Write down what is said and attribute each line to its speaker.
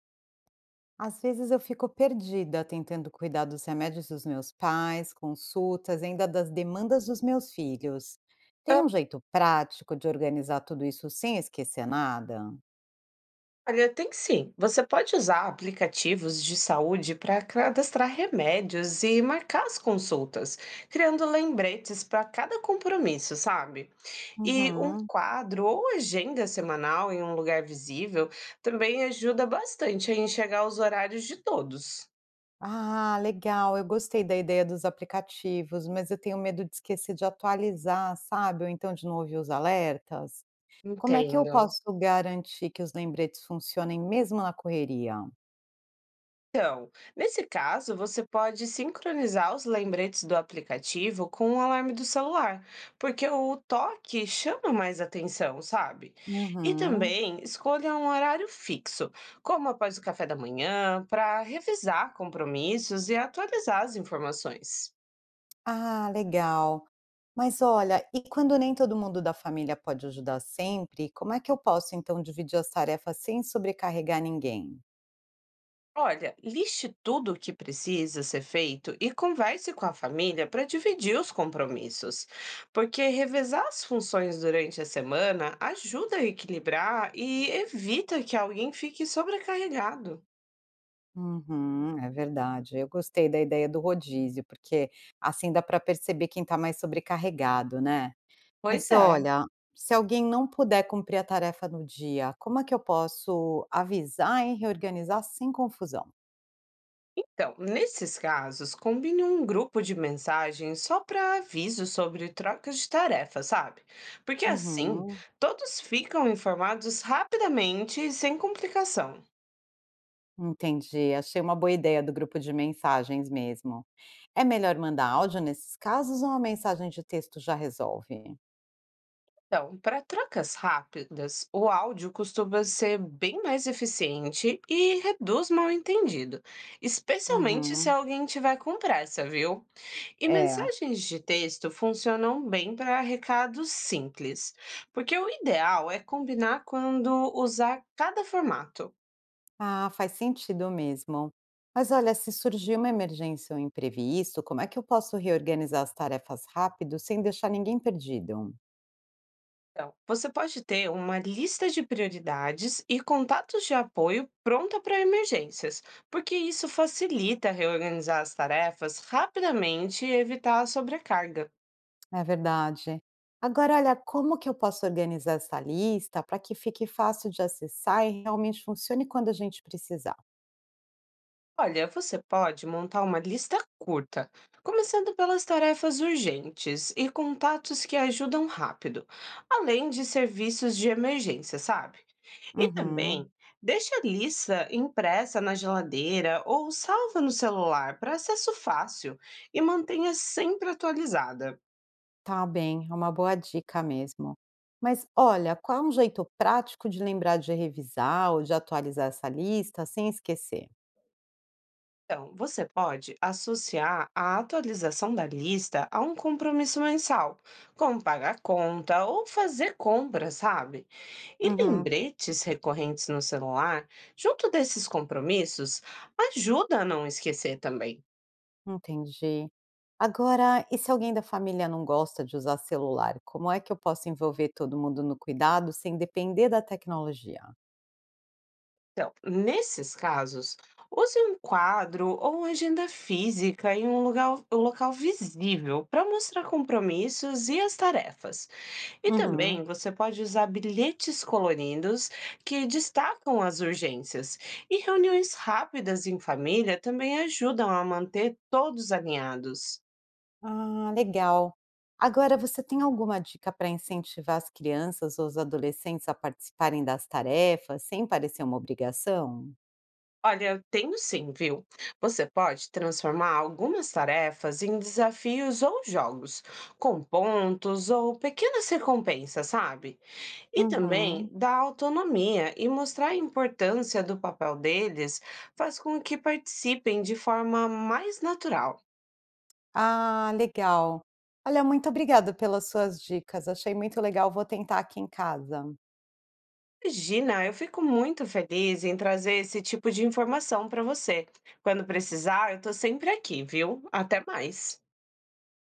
Speaker 1: Às vezes eu fico perdida tentando cuidar dos remédios dos meus pais, consultas, ainda das demandas dos meus filhos. Tem
Speaker 2: Ah,
Speaker 1: um jeito prático de organizar tudo isso sem esquecer nada?
Speaker 2: olha, tem sim. Você pode usar aplicativos de saúde para cadastrar remédios e marcar as consultas, criando lembretes para cada compromisso, sabe? E um
Speaker 1: Uhum.
Speaker 2: quadro ou agenda semanal em um lugar visível também ajuda bastante a enxergar os horários de todos.
Speaker 1: Ah, legal. Eu gostei da ideia dos aplicativos, mas eu tenho medo de esquecer de atualizar, sabe? Ou então de não ouvir os alertas. Como é que eu
Speaker 2: Entendo.
Speaker 1: posso garantir que os lembretes funcionem mesmo na correria?
Speaker 2: Então, nesse caso, você pode sincronizar os lembretes do aplicativo com o alarme do celular, porque o toque chama mais atenção, sabe? E
Speaker 1: Uhum.
Speaker 2: também escolha um horário fixo, como após o café da manhã, para revisar compromissos e atualizar as informações.
Speaker 1: Ah, legal. Mas olha, e quando nem todo mundo da família pode ajudar sempre, como é que eu posso então dividir as tarefas sem sobrecarregar ninguém?
Speaker 2: Olha, liste tudo o que precisa ser feito e converse com a família para dividir os compromissos, porque revezar as funções durante a semana ajuda a equilibrar e evita que alguém fique sobrecarregado.
Speaker 1: Uhum, é verdade. Eu gostei da ideia do rodízio, porque assim dá para perceber quem está mais sobrecarregado, né?
Speaker 2: Pois
Speaker 1: Mas
Speaker 2: é.
Speaker 1: olha, se alguém não puder cumprir a tarefa no dia, como é que eu posso avisar e reorganizar sem confusão?
Speaker 2: Então, nesses casos, combine um grupo de mensagens só para aviso sobre trocas de tarefas, sabe? Porque assim,
Speaker 1: Uhum.
Speaker 2: todos ficam informados rapidamente e sem complicação.
Speaker 1: Entendi, achei uma boa ideia do grupo de mensagens mesmo. É melhor mandar áudio nesses casos ou uma mensagem de texto já resolve?
Speaker 2: Então, para trocas rápidas, o áudio costuma ser bem mais eficiente e reduz mal-entendido, especialmente se
Speaker 1: Uhum,
Speaker 2: alguém tiver com pressa, viu? E
Speaker 1: é.
Speaker 2: mensagens de texto funcionam bem para recados simples, porque o ideal é combinar quando usar cada formato.
Speaker 1: Ah, faz sentido mesmo. Mas olha, se surgir uma emergência ou imprevisto, como é que eu posso reorganizar as tarefas rápido sem deixar ninguém perdido?
Speaker 2: Então, você pode ter uma lista de prioridades e contatos de apoio pronta para emergências, porque isso facilita reorganizar as tarefas rapidamente e evitar a sobrecarga.
Speaker 1: É verdade. Agora, olha, como que eu posso organizar essa lista para que fique fácil de acessar e realmente funcione quando a gente precisar?
Speaker 2: Olha, você pode montar uma lista curta, começando pelas tarefas urgentes e contatos que ajudam rápido, além de serviços de emergência, sabe? E
Speaker 1: Uhum.
Speaker 2: também, deixa a lista impressa na geladeira ou salva no celular para acesso fácil e mantenha sempre atualizada.
Speaker 1: Tá bem, é uma boa dica mesmo. Mas olha, qual é um jeito prático de lembrar de revisar ou de atualizar essa lista sem esquecer?
Speaker 2: Então, você pode associar a atualização da lista a um compromisso mensal, como pagar conta ou fazer compras, sabe? E
Speaker 1: Uhum,
Speaker 2: lembretes recorrentes no celular, junto desses compromissos, ajuda a não esquecer também.
Speaker 1: entendi. Agora, e se alguém da família não gosta de usar celular, como é que eu posso envolver todo mundo no cuidado sem depender da tecnologia?
Speaker 2: Então, nesses casos, use um quadro ou uma agenda física em um lugar, um local visível para mostrar compromissos e as tarefas. E
Speaker 1: Uhum.
Speaker 2: também você pode usar bilhetes coloridos que destacam as urgências. E reuniões rápidas em família também ajudam a manter todos alinhados.
Speaker 1: Ah, legal. Agora, você tem alguma dica para incentivar as crianças ou os adolescentes a participarem das tarefas sem parecer uma obrigação?
Speaker 2: Olha, eu tenho sim, viu? Você pode transformar algumas tarefas em desafios ou jogos, com pontos ou pequenas recompensas, sabe? E também
Speaker 1: Uhum.
Speaker 2: dar autonomia e mostrar a importância do papel deles faz com que participem de forma mais natural.
Speaker 1: Ah, legal. Olha, muito obrigada pelas suas dicas, achei muito legal, vou tentar aqui em casa.
Speaker 2: Imagina, eu fico muito feliz em trazer esse tipo de informação para você. Quando precisar, eu estou sempre aqui, viu? Até mais.